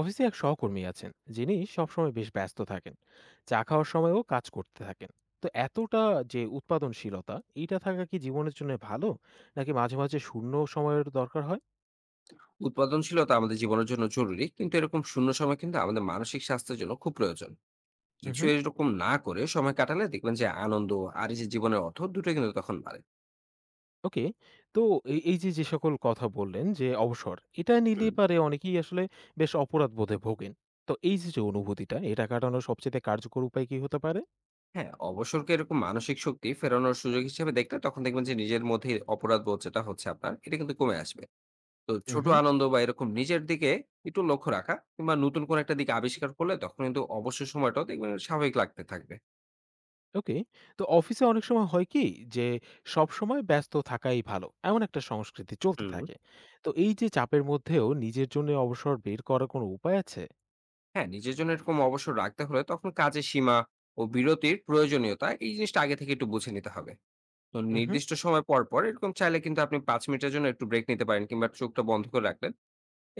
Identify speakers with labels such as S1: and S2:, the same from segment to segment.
S1: অফিসে এক সহকর্মী আছেন যিনি সবসময় বেশ ব্যস্ত থাকেন, চা খাওয়ার সময়ও কাজ করতে থাকেন। তো এতটা যে উৎপাদনশীলতা এইটা থাকা কি জীবনের জন্য ভালো, নাকি মাঝে মাঝে শূন্য সময়ের দরকার হয়?
S2: উৎপাদনশীলতা আমাদের জীবনের জন্য জরুরি, কিন্তু এরকম শূন্য সময় কিন্তু আমাদের মানসিক স্বাস্থ্যের জন্য খুব প্রয়োজন। কিছু
S1: হুম।
S2: এরকম না করে সময় কাটালে দেখবেন যে আনন্দ আর এই যে জীবনের অর্থ দুটো কিন্তু তখন বাড়ে।
S1: ওকে। তো এই এই যে যে সকল কথা বললেন, যে অবসর এটা নিলে
S2: হুম।
S1: পারে অনেকেই আসলে বেশ অপরাধ বোধে ভোগেন। তো এই যে যে অনুভূতিটা, এটা কাটানোর সবচেয়ে কার্যকর উপায় কি হতে পারে?
S2: হ্যাঁ, অবসরকে এরকম মানসিক শক্তি ফেরানোর সুযোগ হিসেবে দেখলে তখন দেখবেন যে নিজের মধ্যে অপরাধ বোধ যেটা হচ্ছে আপনার, এটা কিন্তু কমে আসবে। তো ছোট
S1: হুম।
S2: আনন্দ বা এরকম নিজের দিকে একটু লক্ষ্য রাখা কিংবা নতুন কোন একটা দিকে আবিষ্কার করলে তখন কিন্তু অবসর সময়টাও দেখবেন স্বাভাবিক লাগতে থাকবে।
S1: ওকে। তো অফিসে অনেক সময় হয় কি যে সবসময় ব্যস্ত থাকাই ভালো। এমন একটা সংস্কৃতি চলতে
S2: হুম।
S1: থাকে। তো এই যে চাপের মধ্যেও নিজের জন্য অবসর বের করার কোনো উপায় আছে?
S2: হ্যাঁ, নিজের জন্য এরকম অবসর রাখতে হলে তখন কাজের সীমা ও বিরতির প্রয়োজনীয়তা এই জিনিসটা আগে থেকে একটু বুঝে নিতে হবে। তো
S1: উহু।
S2: নির্দিষ্ট সময় পর, পর এরকম চাইলে কিন্তু আপনি ৫ মিনিটের জন্য একটু ব্রেক নিতে পারেন, কিংবা চোখটা বন্ধ করে রাখলেন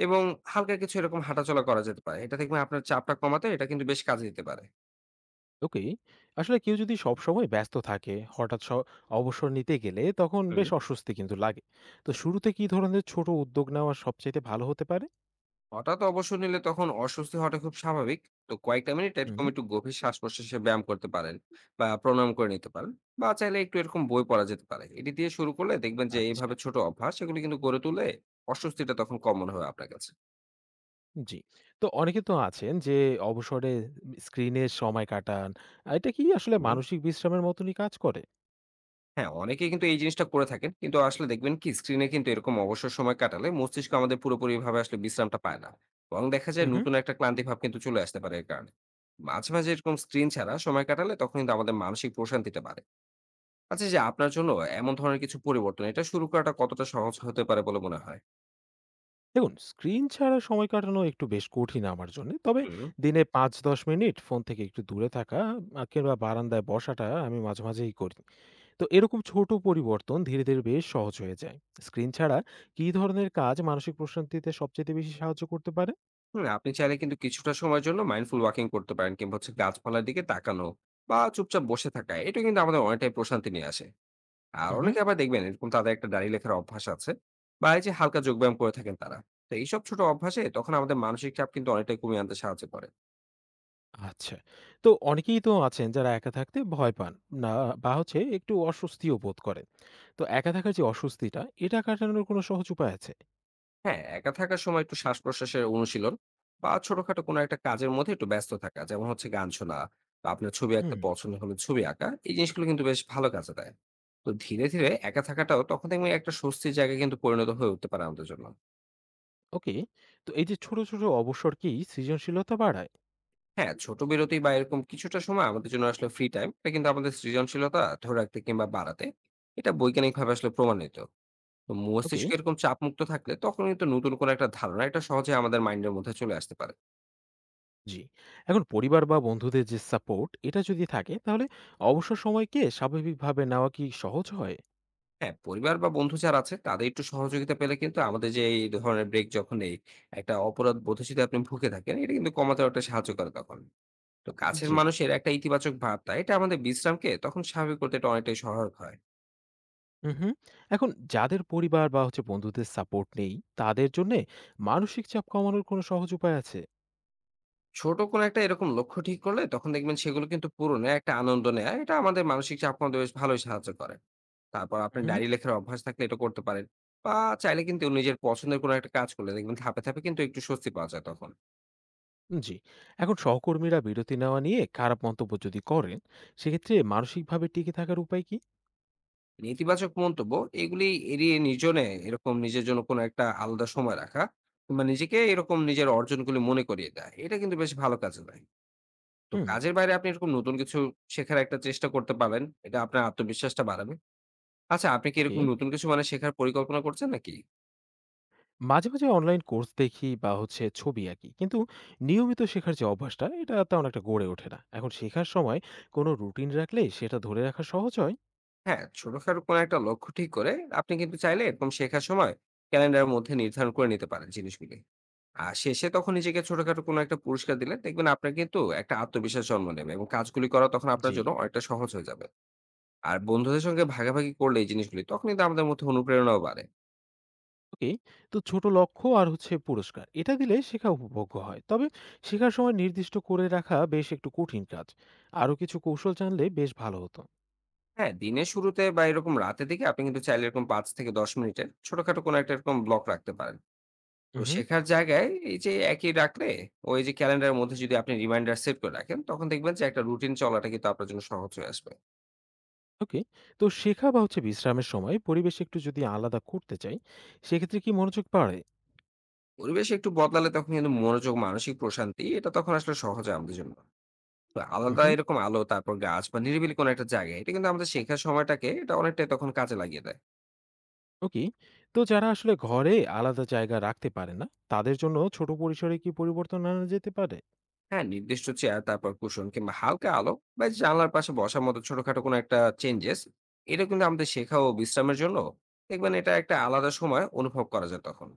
S2: এবং হালকা কিছু এরকম হাঁটাচলা করা যেতে পারে। এটা দেখবেন আপনার চাপটা কমাতে এটা কিন্তু বেশ কাজে দিতে পারে।
S1: ওকে। আসলে কেউ যদি সবসময় ব্যস্ত থাকে, হঠাৎ অবসর নিতে গেলে তখন বেশ
S2: হুম।
S1: অস্বস্তি কিন্তু লাগে। তো শুরুতে কি ধরনের ছোট উদ্যোগ নেওয়া সবচাইতে ভালো হতে পারে?
S2: হঠাৎ অবসর নিলে তখন অস্বস্তি হওয়াটা খুব স্বাভাবিক। তো কয়েকটা মিনিট
S1: হুম।
S2: এরকম একটু গভীর শ্বাস প্রশ্বাসে ব্যায়াম করতে পারেন, বা প্রণাম করে নিতে পারেন, বা চাইলে একটু এরকম বই পড়া যেতে পারে। এটি দিয়ে শুরু করলে দেখবেন যে
S1: আচ্ছা।
S2: এইভাবে ছোট অভ্যাস এগুলো কিন্তু গড়ে তুলে অস্বস্তিটা তখন কম মনে হবে আপনার কাছে।
S1: জি। তো অনেকে তো আছেন যে অবসরে স্ক্রিনে সময় কাটান। এটা কি আসলে
S2: হুম।
S1: মানসিক বিশ্রামের মতনই কাজ করে?
S2: হ্যাঁ, অনেকেই কিন্তু এই জিনিসটা করে থাকেন, কিন্তু আসলে দেখবেন কি স্ক্রিনে কিন্তু এরকম অবসর সময় কাটালে মস্তিষ্ক আমাদের পুরোপুরি ভাবে আসলে বিশ্রামটা পায় না। বরং দেখা যায়
S1: উহু।
S2: নতুন একটা ক্লান্তি ভাব কিন্তু চলে আসতে পারে এর কারণে। মাঝে মাঝে এরকম স্ক্রিন ছাড়া সময় কাটালে তখন কিন্তু আমাদের মানসিক প্রশান্তিটা বাড়ে। আচ্ছা এই যে আপনার জন্য এমন ধরনের কিছু পরিবর্তন, এটা শুরু করাটা কতটা সহজ হতে পারে বলে মনে হয়?
S1: দেখুন, স্ক্রিন ছাড়া সময় কাটানো একটু বেশ কঠিন আমার জন্যে। তবে
S2: হুম।
S1: দিনে ৫-১০ মিনিট ফোন থেকে একটু দূরে থাকা কিংবা বারান্দায় বসাটা আমি মাঝে, মাঝেই করি। তো এরকম ছোট পরিবর্তন ধীরে, ধীরে বেশ সহজ হয়ে যায়। স্ক্রিন ছাড়া কী ধরনের কাজ মানসিক প্রশান্তিতে সবচাইতে বেশি সাহায্য করতে পারে?
S2: হুম, আপনি চাইলে কিন্তু কিছুটা সময়ের জন্য মাইন্ডফুল ওয়াকিং করতে পারেন, কিংবা হচ্ছে গাছপালার দিকে তাকানো বা চুপচাপ বসে থাকা। এটা কিন্তু আমাদের অনেকটাই প্রশান্তি নিয়ে আসে। আর
S1: উহু।
S2: অনেকে আবার দেখবেন এরকম তাদের একটা ডায়েরি লেখার অভ্যাস আছে, বা এই যে হালকা যোগব্যায়াম করে থাকেন তারা। তো এইসব ছোট অভ্যাসে তখন আমাদের মানসিক চাপ কিন্তু অনেকটাই কমিয়ে আনতে সাহায্য করে।
S1: আচ্ছা। তো অনেকেই তো আছেন যারা একা থাকতে ভয় পান না, বা হচ্ছে একটু অস্বস্তিও বোধ করেন। তো একা থাকার যে অস্বস্তিটা, এটা কাটানোর কোনো সহজ উপায় আছে?
S2: হ্যাঁ, একা থাকার সময় একটু শ্বাস-প্রশ্বাসের অনুশীলন বা ছোটখাটো কোনো একটা কাজের মধ্যে একটু ব্যস্ত থাকা। যেমন হচ্ছে গান শোনা, বা আপনার ছবি আঁকতে
S1: হুম।
S2: পছন্দ হলে ছবি আঁকা। এই জিনিসগুলো কিন্তু বেশ ভালো কাজে দেয়। তো ধীরে, ধীরে একা থাকাটাও তখন দেখবেন একটা স্বস্তির জায়গায় কিন্তু পরিণত হয়ে উঠতে পারে আমাদের জন্য।
S1: ওকে। তো এই যে ছোট, ছোট অবসর কি সৃজনশীলতা বাড়ায়?
S2: হ্যাঁ, ছোট বিরতি বা এরকম কিছুটা সময় আমাদের জন্য আসলে ফ্রি টাইম। এটা কিন্তু আমাদের সৃজনশীলতা ধরে রাখতে কিংবা বাড়াতে, এটা বৈজ্ঞানিকভাবে আসলে প্রমাণিত। তো
S1: ওকে।
S2: মস্তিষ্ক এরকম চাপমুক্ত থাকলে তখন কিন্তু নতুন কোনো একটা ধারণা এটা সহজে আমাদের মাইন্ডের মধ্যে চলে আসতে পারে।
S1: জি। এখন পরিবার বা বন্ধুদের যে সাপোর্ট, এটা যদি থাকে তাহলে অবসর সময়কে স্বাভাবিকভাবে নেওয়া কি সহজ হয়?
S2: হ্যাঁ, পরিবার বা বন্ধু যারা আছে তাদের একটু সহযোগিতা পেলে কিন্তু আমাদের যে এই ধরনের ব্রেক যখন নেই, একটা অপরাধ বোধে যদি আপনি ভুগে থাকেন, এটা কিন্তু কমাতে অনেকটা সাহায্য করে তখন। তো কাছের
S1: জি।
S2: মানুষের একটা ইতিবাচক ভাবটা এটা আমাদের বিশ্রামকে তখন স্বাভাবিক করতে এটা অনেকটাই সহায়ক হয়।
S1: হুম, হুম। এখন যাদের পরিবার বা হচ্ছে বন্ধুদের সাপোর্ট নেই, তাদের জন্যে মানসিক চাপ কমানোর কোনো সহজ উপায় আছে?
S2: ছোট কোনো একটা এরকম লক্ষ্য ঠিক করলে তখন দেখবেন সেগুলো কিন্তু পূরণে একটা আনন্দ নেয়া, এটা আমাদের মানসিক চাপ কমাতে বেশ ভালোই সাহায্য করে। তারপর আপনি
S1: উহুম।
S2: ডায়রি লেখার অভ্যাস থাকলে এটা করতে পারেন। বা চাইলে কিন্তু নিজের পছন্দের কোনো একটা কাজ করলে দেখবেন ধাপে, ধাপে কিন্তু একটু স্বস্তি পাওয়া যায় তখন।
S1: জি। এখন সহকর্মীরা বিরতি নেওয়া নিয়ে খারাপ মন্তব্য যদি করেন, সেক্ষেত্রে মানসিকভাবে টিকে থাকার উপায় কি?
S2: নেতিবাচক মন্তব্য, এগুলি এড়িয়ে নিজনে এরকম নিজের জন্য কোনো একটা আলাদা সময় রাখা, কিংবা নিজেকে এরকম নিজের অর্জনগুলি মনে করিয়ে দেয়, এটা কিন্তু বেশ ভালো কাজে দেয়। তো
S1: হুম।
S2: কাজের বাইরে আপনি এরকম নতুন কিছু শেখার একটা চেষ্টা করতে পারেন, এটা আপনার আত্মবিশ্বাসটা বাড়াবে। আচ্ছা আপনি কি
S1: ওকে।
S2: এরকম নতুন কিছু মানে শেখার পরিকল্পনা করছেন নাকি?
S1: মাঝে, মাঝে অনলাইন কোর্স দেখি বা হচ্ছে ছবি আঁকি। কিন্তু নিয়মিত শেখার যে অভ্যাসটা, এটা তেমন একটা গড়ে ওঠে না। এখন শেখার সময় কোনো রুটিন রাখলে সেটা ধরে রাখা সহজ হয়?
S2: হ্যাঁ, ছোটখাটো কোনো একটা লক্ষ্য ঠিক করে আপনি কিন্তু চাইলে এরকম শেখার সময় ক্যালেন্ডারের মধ্যে নির্ধারণ করে নিতে পারেন জিনিসগুলি। আর শেষে তখন নিজেকে ছোটখাটো কোনো একটা পুরস্কার দিলে দেখবেন আপনার কিন্তু একটা আত্মবিশ্বাস জন্ম নেবে, এবং কাজগুলি করা তখন আপনার
S1: জি।
S2: জন্য অনেকটা সহজ হয়ে যাবে। আর বন্ধুদের সঙ্গে ভাগাভাগি করলে এই জিনিসগুলি তখন কিন্তু আমাদের মধ্যে অনুপ্রেরণাও বাড়ে।
S1: ওকে। তো ছোট লক্ষ্য আর হচ্ছে পুরস্কার, এটা দিলে শেখা উপভোগ্য হয়। তবে শেখার সময় নির্দিষ্ট করে রাখা বেশ একটু কঠিন কাজ। আরো কিছু কৌশল জানলে বেশ ভালো হতো।
S2: হ্যাঁ, দিনের শুরুতে বা এরকম রাতে দিকে আপনি কিন্তু চাইলে এরকম ৫ থেকে ১০ মিনিটের ছোটখাটো কোনো একটা এরকম ব্লক রাখতে পারেন। তো
S1: উহুম।
S2: শেখার জায়গায় এই যে একই রাখলে, ওই যে ক্যালেন্ডারের মধ্যে যদি আপনি রিমাইন্ডার সেট করে রাখেন, তখন দেখবেন যে একটা রুটিন চলাটা কিন্তু আপনার জন্য সহজ হয়ে আসবে।
S1: ওকে। তো শেখা বা হচ্ছে বিশ্রামের সময় পরিবেশ একটু যদি আলাদা করতে চাই, সেক্ষেত্রে কি মনোযোগ বাড়ে?
S2: পরিবেশ একটু বদলালে তখন কিন্তু মনোযোগ, মানসিক প্রশান্তি এটা তখন আসলে সহজ হয় আমাদের জন্য। তো আলাদা
S1: উহুম।
S2: এরকম আলো, তারপর গাছ বা নিরিবিলি কোনো একটা জায়গায়, এটা কিন্তু আমাদের শেখার সময়টাকে এটা অনেকটাই তখন কাজে লাগিয়ে দেয়।
S1: ওকে। তো যারা আসলে ঘরে আলাদা জায়গা রাখতে পারে না, তাদের জন্য ছোট পরিসরে কি পরিবর্তন আনা যেতে পারে?
S2: হ্যাঁ, নির্দিষ্ট চেয়ার, তারপর কুশন কিংবা হালকা আলো বা জানলার পাশে বসার মতো ছোটখাটো কোনো একটা চেঞ্জেস, এটা কিন্তু আমাদের শেখা ও বিশ্রামের জন্য দেখবেন এটা একটা আলাদা সময় অনুভব করা যায় তখন।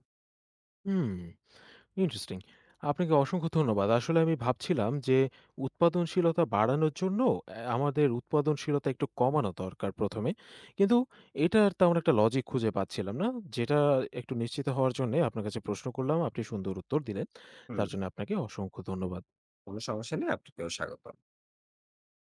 S1: হুম, ইন্টারেস্টিং। আপনাকে অসংখ্য ধন্যবাদ। আসলে আমি ভাবছিলাম যে উৎপাদনশীলতা বাড়ানোর জন্য আমাদের উৎপাদনশীলতা একটু কমানো দরকার ১ম এ। কিন্তু এটার তেমন একটা লজিক খুঁজে পাচ্ছিলাম না। যেটা একটু নিশ্চিত হওয়ার জন্যে আপনার কাছে প্রশ্ন করলাম। আপনি সুন্দর উত্তর দিলেন। তার
S2: হুম।
S1: জন্য আপনাকে অসংখ্য ধন্যবাদ।
S2: কোনো সমস্যা নেই। আপনাকেও স্বাগত।